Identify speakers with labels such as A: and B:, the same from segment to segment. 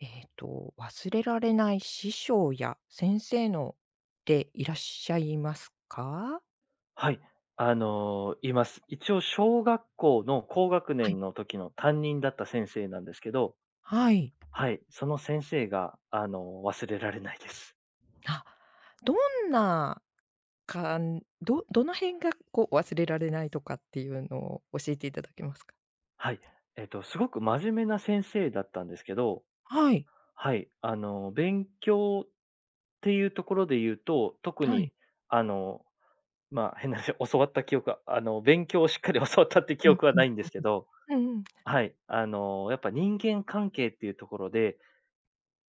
A: 忘れられない師匠や先生のっていらっしゃいますか？
B: はい、います。一応小学校の高学
A: はい。
B: 年の時の担任だった先生なんですけど、
A: はい。
B: はい、その先生が、忘れられないです。
A: あ、どんなかんどどの辺がこう忘れられないとかっていうのを教えていただけますか？
B: はい。すごく真面目な先生だったんですけど、
A: はい。
B: はい、勉強っていうところで言うと、特
A: は
B: に、
A: い。
B: あの、変な話、教わった記憶は、勉強をしっかり 教わったって記
A: うん。
B: 憶は
A: う
B: な
A: ん
B: いんですけど、
A: うん。うんうん。
B: はい、やっぱ人間関係っていうところで、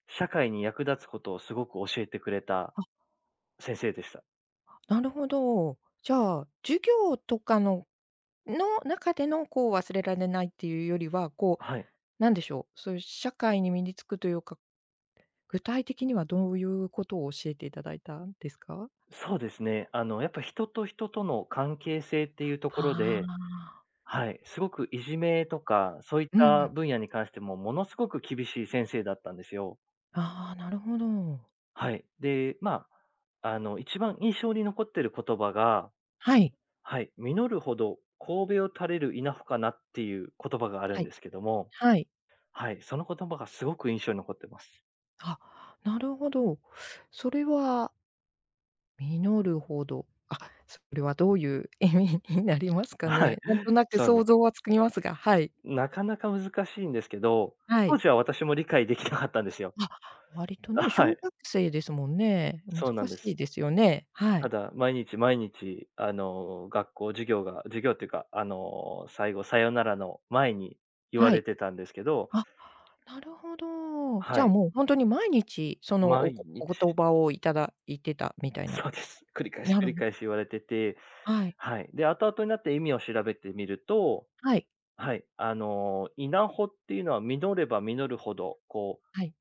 B: 社会に役立つことをすごく教えてくれた
A: あ、
B: 先生でした。
A: なるほど。じゃあ、授業とかの中でのこう忘れられないっていうよりは、こう、
B: はい。
A: なんでしょう、そういう社会に身につくというか具体的にはどういうことを教えていただいたんですか？
B: そうですね。やっぱ人と人との関係性っていうところ
A: あ
B: で、
A: あ。
B: はい、すごくいじめとか、そういっ
A: う
B: た
A: ん。
B: 分野に関しても、ものすごく厳しい先生だったんですよ。
A: ああ、なるほど。
B: はい。で、まあ、一番印象に残ってる言葉が、
A: はい。
B: はい、実るほど神戸を垂れる稲穂かなっていう言葉がある
A: は
B: ん
A: い。
B: ですけども、
A: はい。
B: はい、その言葉がすごく印象に残ってます。
A: あ、なるほど。それは実るほど、あ、それはどういう意味になりますか
B: はい、
A: ね？なんとなく
B: そうなん
A: 想
B: です。
A: 像はつきますが、はい。
B: なかなか難しいんですけど、
A: は
B: 当
A: い。
B: 時は私も理解できなかったんですよ。
A: あ、割と ね、
B: は
A: 小
B: い、
A: 学生ですもんね。
B: そうな
A: 難
B: んで
A: し
B: す。
A: いですよね。は
B: た
A: い。
B: だ、毎日毎日、学校授業が授業っていうか、最後さよならの前に言わ
A: は
B: れ
A: い。
B: てたんですけど、
A: あ、なるほど。じ
B: は
A: ゃあ、
B: い、
A: もうほんとに毎日、そのお
B: 毎
A: こ
B: 日
A: お言葉をいただいてたみたいな。
B: そうです。繰り返し
A: な
B: 繰
A: る
B: り
A: ほ
B: 返し言われてて、
A: はい。
B: はい。で、後々になって意味を調べてみると、
A: はい。
B: はい、稲穂っていうのは実れば実るほど、こ
A: はい。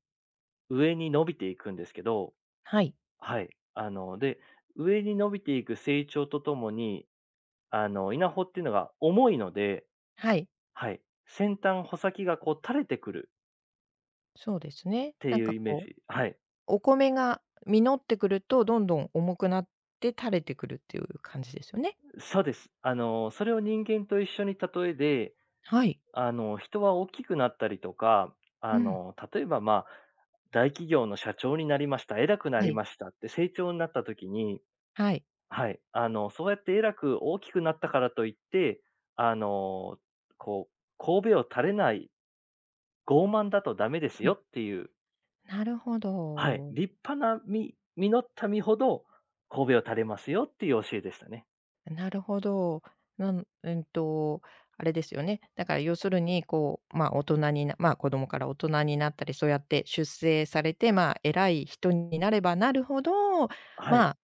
B: う、上に伸びていくんですけど
A: はい。
B: はい。上に伸びていく成長とともに、稲穂っていうのが重いので、
A: はい。
B: はい。先端、穂先がこう垂れてくる
A: そうです
B: っ
A: ね。
B: て
A: なん
B: いう
A: か
B: イメー
A: こう、
B: ジ。はい。
A: お米が実ってくると、どんどん重くなって垂れてくるっていう感じですよね。
B: そうです。それを人間と一緒に例えで、
A: はい。
B: 人は大きくなったりとか、
A: うん。
B: 例えばまあ、大企業の社長になりました、偉くな
A: は
B: り
A: い。
B: ましたって成長になった時に、
A: はい。
B: はい。そうやって偉く大きくなったからといって、あの、こう、神戸を垂れない傲慢だとダメです
A: う
B: よ
A: ん。
B: っていう、
A: なるほ
B: はい、
A: ど。
B: 立派な実った実ほど、戸を垂れますよっていう教えでしたね。
A: なるほど。なんうんと、あれですよね。だから要するに、こう、まあ、大人になまあ、子供から大人になったり、そうやって出世されて、まあ、偉い人になればなるほど、
B: はい。
A: まあ、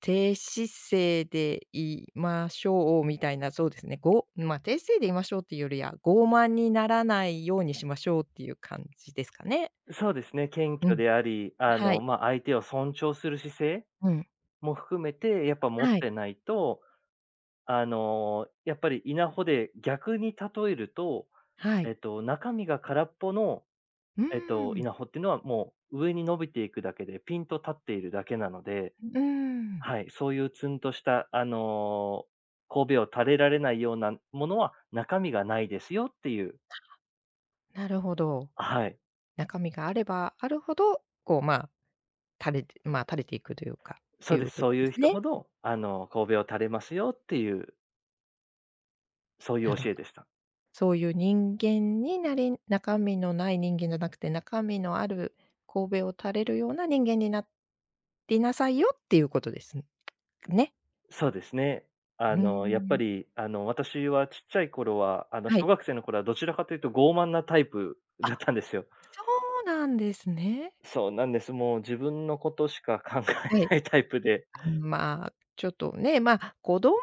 A: 低姿勢でいましょうみたいな、そうですね、まあ、低姿勢でいましょうっていうよりは、傲慢にならないようにしましょうっていう感じですかね。
B: そうですね、謙
A: う
B: 虚
A: ん。
B: であり、
A: はい。
B: 相手を尊重する姿勢
A: うん。
B: も含めて、やっぱ持っ
A: はい。
B: てないと、やっぱり稲穂で逆に例えると、
A: はい。
B: 中身が空っぽの、
A: うーん。
B: 稲穂っていうのはもう上に伸びていくだけで、ピンと立っているだけなので
A: うーん。
B: はい、そういうツンとした、頭を垂れられないようなものは中身がないですよっていう、
A: なるほど。
B: はい、
A: 中身があればあるほど、こう、まあ、垂れてまあ、垂れていくというか、って
B: そう
A: い
B: で
A: う
B: す。
A: こ
B: そう
A: と
B: い
A: で
B: う
A: す
B: 人
A: ね。
B: ほど、頭を垂れますよっていう、そういう
A: なるほ
B: 教え
A: ど。
B: でした。
A: そういう人間になり中身のない人間じゃなくて、中身のある神戸を垂れるような人間になりなさいよっていうことですね。
B: そうですね。
A: う
B: あ
A: ー
B: の、やっぱ
A: ん。
B: り、あの、私はちっちゃい頃は、
A: は
B: 小
A: い。
B: 学生の頃はどちらかというと傲慢なタイプ
A: あ、
B: だったんですよ。
A: そうなんですね。
B: そうなんです。もう自分のことしか考え
A: はい。
B: ないタイプで。
A: まあ、ちょっとね、まあ、子供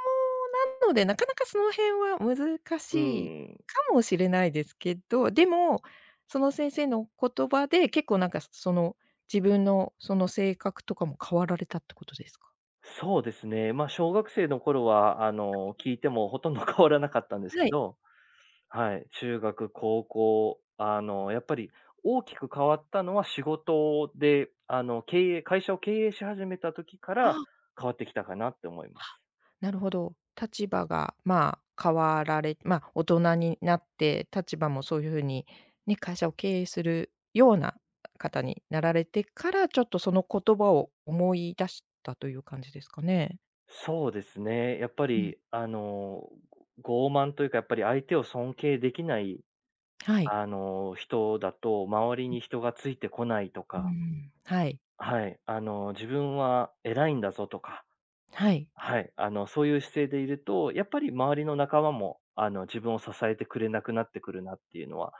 A: なので、なかなかその辺は難
B: う
A: しい
B: ん。
A: かもしれないですけど、でも、その先生の言葉で、結構なんかその、自分のその性格とかも変わられたってことですか？
B: そうですね。まあ、小学生の頃は、
A: はい。
B: 聞いてもほとんど 変わらなかったんですけ
A: はい。
B: ど、はい、中学、高校、やっぱり大きく変わったのは仕事で、会社を経営し始めた時から変わってきたかなって思います。
A: なるほど。立場が、まあ、変わられまあ、大人になって、立場もそういう風にね、会社を経営するような方になられてから、ちょっとその言葉を思い出したという感じですかね？
B: そうですね。やっぱ
A: うん。
B: り、あの、傲慢というか、やっぱり相手を尊敬できない、
A: はい。
B: 人だと、周りに人がついてこないと
A: う
B: か、
A: ん。はい。
B: はい、自分は偉いんだぞとか
A: はい。
B: はい、そういう姿勢でいると、やっぱり周りの仲間も、自分を支えてくれなくなってくるなっていうのは、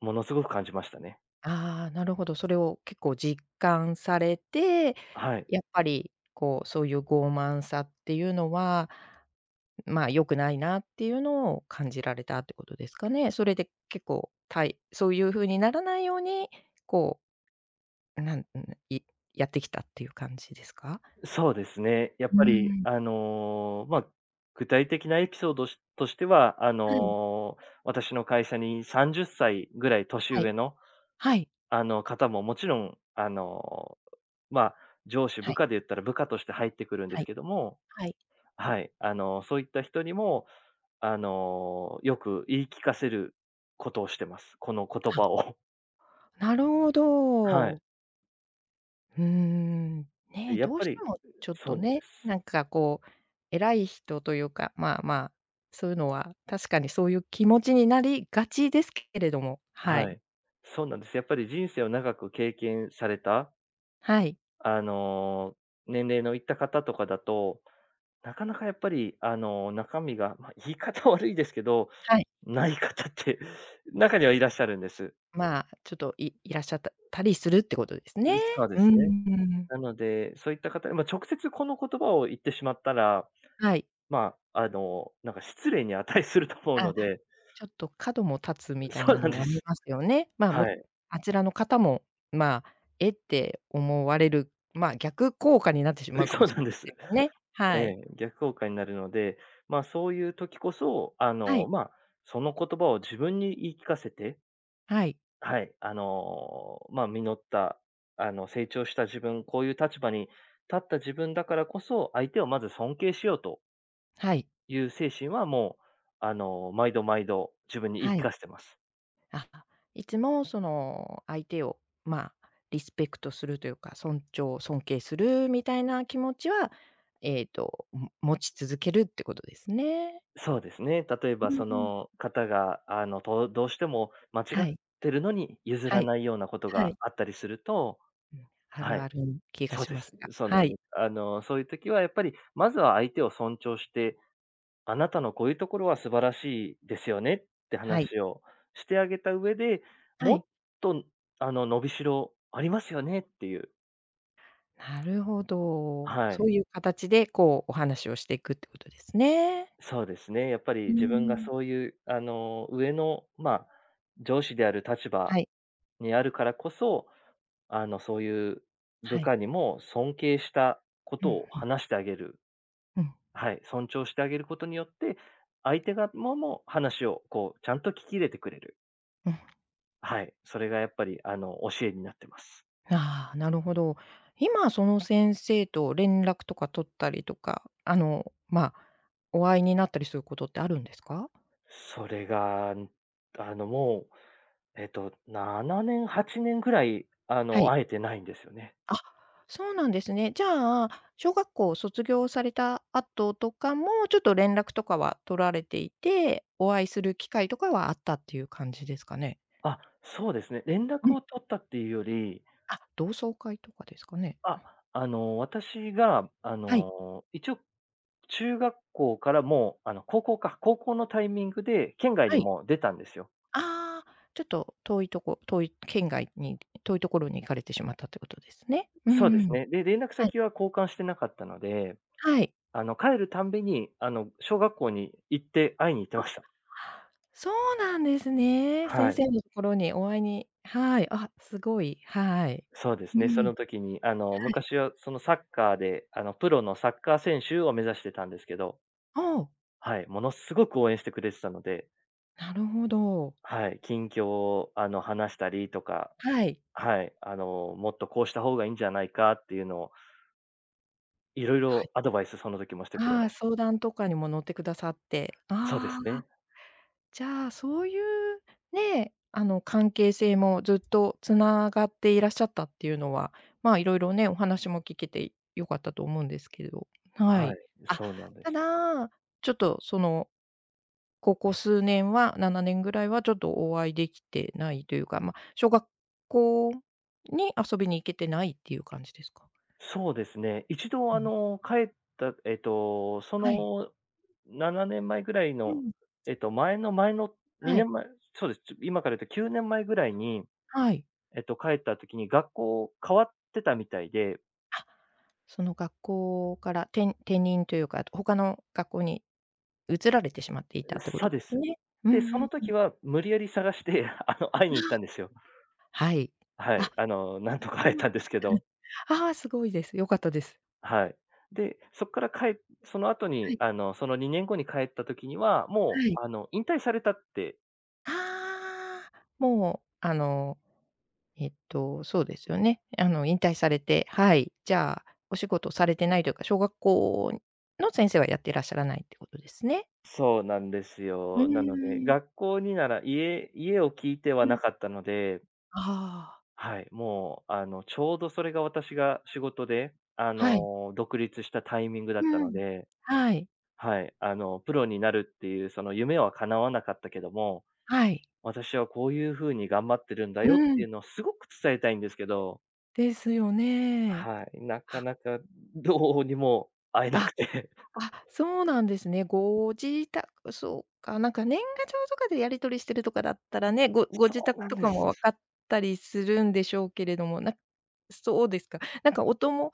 B: ものすごく感じましたね。
A: ああ、なるほど。それを結構実感されて、
B: はい。
A: やっぱりこう、そういう傲慢さっていうのはまあ、良くないなっていうのを感じられたってことですかね。それで結構、そういう風にならないように、こう、なんん、いやってきたっていう感じですか？
B: そうですね。やっ
A: うー
B: ぱり、
A: ん、
B: あの、まあ、具体的なエピソードとしては、
A: はい。
B: 私の会社に30歳ぐらい年
A: はい。
B: 上の、
A: はい。
B: 方ももちろん、まあ、上司、
A: は
B: 部
A: い。
B: 下で言ったら部下として入ってくるんで
A: は
B: す
A: い。
B: けども、はい、そういった人にもよく言い聞かせることをしてます。この言
A: は
B: 葉
A: い。
B: を。
A: あ、なるほ
B: はい。
A: ど。うーん。
B: で、
A: ね、
B: やっ
A: どう
B: ぱ
A: して
B: り
A: もちょっ
B: そう
A: と
B: なんで
A: ね、
B: す。
A: なんかこう、偉い人というか、まあまあ、そういうのは確かにそういう気持ちになりがちですけれども、は
B: は
A: い。
B: い。そうなんです。やっぱり人生を長く経験された、
A: はい。
B: あの、年齢のいった方とかだと、なかなかやっぱり、中身が、まあ、言い方悪いですけど、
A: はい。
B: ない方って 中にはいらっしゃるんです。
A: まあ、ちょっといらっしゃったりするってことですね。
B: そうで
A: うー
B: すね。
A: ん。
B: なので、そういった方、まあ、直接この言葉を言ってしまったら、
A: はい。
B: まあ、なんか失礼に値すると思う
A: あ、
B: ので
A: ちょっと角も立つみ たい
B: そう
A: な
B: な
A: の
B: ん
A: も
B: で
A: あり
B: す。
A: ますよね。まあ、
B: はい。
A: あちらの方も、まあ、えって思われる、まあ、逆効果になってしま うか
B: そ
A: も
B: う
A: し
B: な
A: れ
B: んで
A: ませ
B: す。
A: んもんね。
B: え
A: はい。
B: え、逆効果になるので、ま、そういう時こそ、
A: はい。
B: その言葉を自分に言い聞かせて、
A: はい。
B: はい、実った、成長した自分、こういう立場に立った自分だからこそ、相手をまず尊敬しようと
A: はい。
B: いう精神はもう、毎度毎度自分に言い
A: は
B: 聞
A: い。
B: かせてます。
A: あ、いつもその相手を、まあ、リスペクトするというか、尊敬するみたいな気持ちは、持ち続けるってことですね。
B: そうですね。例えば
A: うん
B: そ
A: うん。
B: の方が、どうしても間違
A: は
B: っ
A: い、
B: てるのに譲
A: は
B: ら
A: い、
B: ないようなこと
A: は
B: が
A: い。
B: あったりすると
A: うん、あ
B: は
A: る
B: い、
A: ある気が
B: そう
A: し
B: で
A: ま
B: す。
A: すが、
B: そうな
A: は
B: んで
A: い、
B: す。そういう時はやっぱり、まずは相手を尊重して、あなたのこういうところは素晴らしいですよねって
A: はい、
B: 話をしてあげた上で、
A: は
B: も
A: い。
B: っと伸びしろありますよねっていう
A: なるほど。
B: は
A: そう
B: い、
A: いう形で、こう、お話をしていくってことですね。
B: そうですね。やっぱり
A: うー
B: 自分が
A: ん。
B: そういう上の、まあ、上司である立場
A: はい、
B: にあるからこそ、そういう部
A: はい。
B: 下にも尊敬したこ
A: う
B: とを
A: ん、
B: 話してあげる。
A: うん、
B: はい、尊重してあげることによって、相手側も話をこう、ちゃんと聞き入れてくれる。
A: うん。
B: はい、それがやっぱり、教えになってます。
A: ああ、なるほど。今その先生と連絡とか取ったりとか、まあ、お会いになったりすることってあるんですか？
B: それが、あの、もう、えっと、7年、8年ぐらい、
A: はい。
B: 会えてないんですよね。
A: あ、そうなんですね。じゃあ、小学校を卒業された後とかも、ちょっと連絡とかは取られていて、お会いする機会とかはあったっていう感じですかね？
B: あ、そうですね。連
A: う
B: 絡
A: ん。
B: を取ったっていうより、
A: あ、同窓会とかですかね？
B: あ、私が、
A: はい、
B: 一応、中学校からもう、あの、高校か、高校のタイミングで県外
A: は
B: に
A: い。
B: もう出たんですよ。
A: ああ、ちょっと遠い県外に遠いところに行かれてしまったってことですね。う
B: そう
A: ん
B: で
A: う
B: す
A: ん。
B: ね。で、連絡
A: はい、
B: 先は交換してなかったので、
A: はい。
B: 帰るたんびに、小学校に行って会いに行ってました。
A: そうなんですね。
B: は
A: 先
B: い。
A: 生のところにお会いにはい、あ、すごい、はい。
B: そうです
A: う
B: ね。そ
A: ん、
B: の時に、
A: はい。
B: 昔はそのサッカーで、プロのサッカー選手を目指してたんですけど、
A: おお。
B: はい、ものすごく応援してくれてたので、
A: なるほど。
B: はい、近況を、話したりとか、
A: はい。
B: はい、もっとこうした方がいいんじゃないかっていうのを、いろい
A: は
B: ろ
A: い。
B: アドバイスその時もしてくれ
A: あ
B: ま
A: あ、
B: した。
A: 相談とかにも乗ってくださって。
B: そうで
A: あ
B: す
A: あ、
B: ね。
A: じゃあ、そういうね、関係性もずっとつながっていらっしゃったっていうのは、まあ、いろいろね、お話も聞けて良かったと思うんですけど。は
B: はい、
A: い。あ、
B: そうなんです。
A: ただ、ちょっと、その、ここ数年は、7年ぐらいはちょっとお会いできてないというか、まあ、小学校に遊びに行けてないっていう感じですか？
B: そうですね、一度
A: うん。
B: 帰った、そ
A: はい。
B: の7年前ぐらい
A: う
B: の、
A: ん。
B: えっと、前の前の
A: は
B: 2
A: い。
B: 年前、そうです、今から言うと9年前ぐらいに、
A: はい。
B: 帰った時に学校変わってたみたいで
A: あ、その学校から転任というか、他の学校に移られてしまっていたってこ
B: そ
A: と
B: う
A: で
B: で
A: す
B: す。
A: ね。うんう
B: で、その
A: んうん。
B: 時は無理やり探して、会いに行ったん ですよ。
A: あ、はい。
B: は
A: あ、
B: い、な ん
A: そ
B: とか会え
A: こは
B: たんですけ
A: うん。
B: ど。
A: ああ、すごいです。良かったです。
B: はい。で、そこから帰っその後
A: は
B: に、
A: い
B: その2年後に帰った時には、も
A: はい。
B: う、引退されたって
A: ああ、もう、そうですよね。引退されて、はい、じゃあ、お仕事されてないというか、小学校の先生はやってらっしゃらないってことですね。
B: そうなんです
A: うー
B: よ。なので、
A: ん、
B: 学校になら家家を聞いては
A: う
B: な
A: ん。
B: かったので、
A: ああ、
B: はい、もう、ちょうどそれが私が仕事で、
A: はい。
B: 独立したタイミングだった
A: う
B: の
A: ん。
B: で、
A: はい。
B: はい、プロになるっていうその夢は叶わなかったけども、
A: はい。
B: 私はこういう風に頑張ってるんだ
A: う
B: よってい
A: ん。
B: うのをすごく伝えたいんですけど
A: ですよね。
B: はい、なか
A: あ、
B: なかどうにも会えな
A: あ、
B: くて。
A: あ、そうなんですね。ご自宅そうか、なんか年賀状とかでやり取りしてるとかだったらね、ご自
B: そう
A: 宅
B: なん
A: と
B: で
A: かも
B: す。
A: 分かったりするんでしょうけれども、そうですか。なんかお友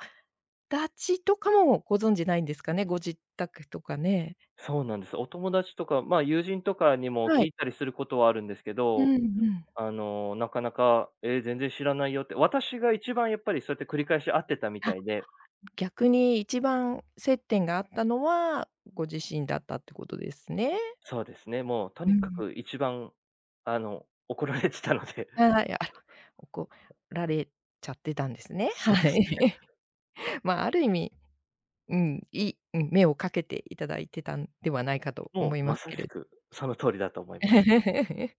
A: 達とかもご存じないんですかね？ご自宅とかね。
B: そうなんです。お友達とか、まあ、友人とかにも
A: は
B: 聞
A: い。
B: いたりすることはあるんですけ
A: う
B: ど、
A: んうん。
B: なかなか、え、全然知らないよって、私が一番やっぱりそうやって繰り返し会ってたみ
A: あ、
B: たいで、
A: 逆に一番接点があったのは、ご自身だったってことですね。
B: そうですね、もうと
A: う
B: にか
A: ん。
B: く一番、怒られてたので、
A: はい、あら、怒られちゃってたんですね。
B: そうで
A: は
B: す
A: い。まあ、ある意味、うん、うん、目をかけていただいてたんではないかと
B: ね。
A: 思
B: も
A: い
B: う
A: ま
B: ま
A: す
B: さ
A: け
B: し
A: れど。
B: くその通りだと思います。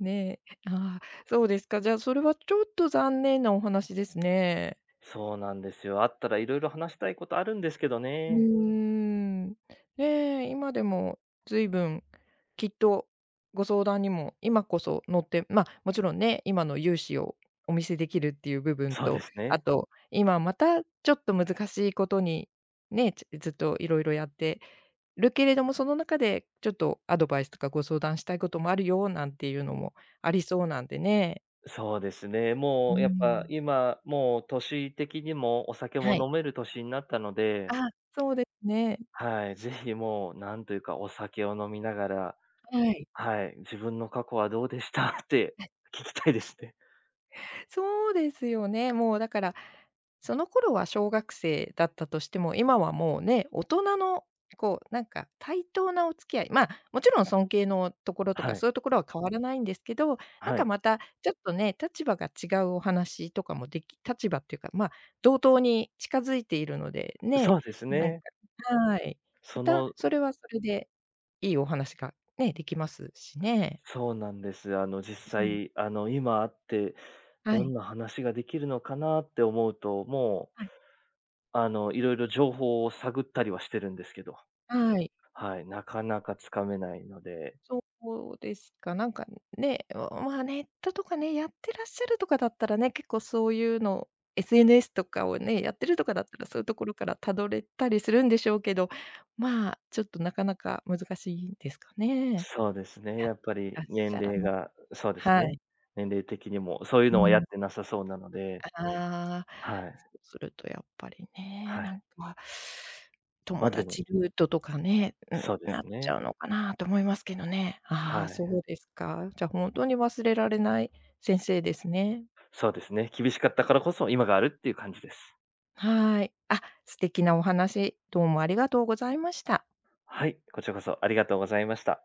A: ねえ、ああ、そうですか。じゃあ、それはちょっと残念なお話ですね。
B: そうなんですよ。会ったらいろいろ話したいことあるんですけど
A: うー
B: ね。
A: ん。ねえ、今でも随分きっとご相談にも今こそ乗って、ま、もちろんね、今の融資をお見せできるっていう部分
B: そうで
A: と、
B: す
A: あ
B: ね。
A: と今またちょっと難しいことに、ね、ずっといろいろやってるけれども、その中でちょっとアドバイスとかご相談したいこともあるよなんていうのもありそうなんでね。
B: そうですね。
A: う
B: も
A: ー
B: うやっぱ
A: ん。
B: 今、もう年的にもお酒も
A: はい。
B: 飲める年になったので、
A: あ、そうですね。
B: はい、ぜひもう、なんというか、お酒を飲みながら、
A: はい。
B: はい、自分の過去はどうでした って聞きたいですね。
A: そうですよね。もうだから、その頃は小学生だったとしても、今はもうね、大人のこうなんか対等なお付き合い、まあ、もちろん尊敬のところとか、
B: はい、
A: そういうところは変わらないんですけど、なん
B: は
A: か
B: い。
A: またちょっとね、立場が違うお話とかも立場っていうか、まあ、同等に近づいているので、ね、
B: そうです
A: なんか
B: ね。
A: はい。ま
B: そ
A: た
B: の、
A: それはそれでいいお話がね、できますしね。
B: そうなんです。実
A: うん。
B: 際、今あって、
A: は
B: ど
A: い。
B: んな話ができるのかなって思うと、もう、
A: はい。
B: いろいろ情報を探ったりはしてるんですけど、
A: はい。
B: はい、なかなかつかめないので、
A: そうですか。なんかね、まあ、ネットとかね、やってらっしゃるとかだったらね、結構そういうの SNS とかをね、やってるとかだったら、そういうところから辿れたりするんでしょうけど、まあ、ちょっとなかなか難しいんですかね。
B: そうですね、
A: や
B: や
A: っ
B: っぱ
A: てら
B: り
A: っし
B: 年
A: ゃら
B: 齢
A: な
B: がそうです
A: は
B: ね。
A: い。
B: 年齢的にもそういうの
A: う
B: はやっ
A: ん。
B: てなさそうなので、
A: ああ、
B: はい、
A: そうするとやっぱりね、
B: は
A: なん
B: い。
A: か、
B: ま、
A: 友
B: でも、
A: 達ルートとかね、
B: そうで
A: なっ
B: す
A: ち
B: ね。
A: ゃうのかなと思いますけどね。あ
B: は
A: あ、
B: い。
A: そうですか。じゃ、ほんとに忘れられない先生ですね。
B: そうですね、厳しかったからこそ今があるっていう感じです。
A: はい。あ、素敵なお話、どうもありがとうございました。
B: はい、こちらこそありがとうございました。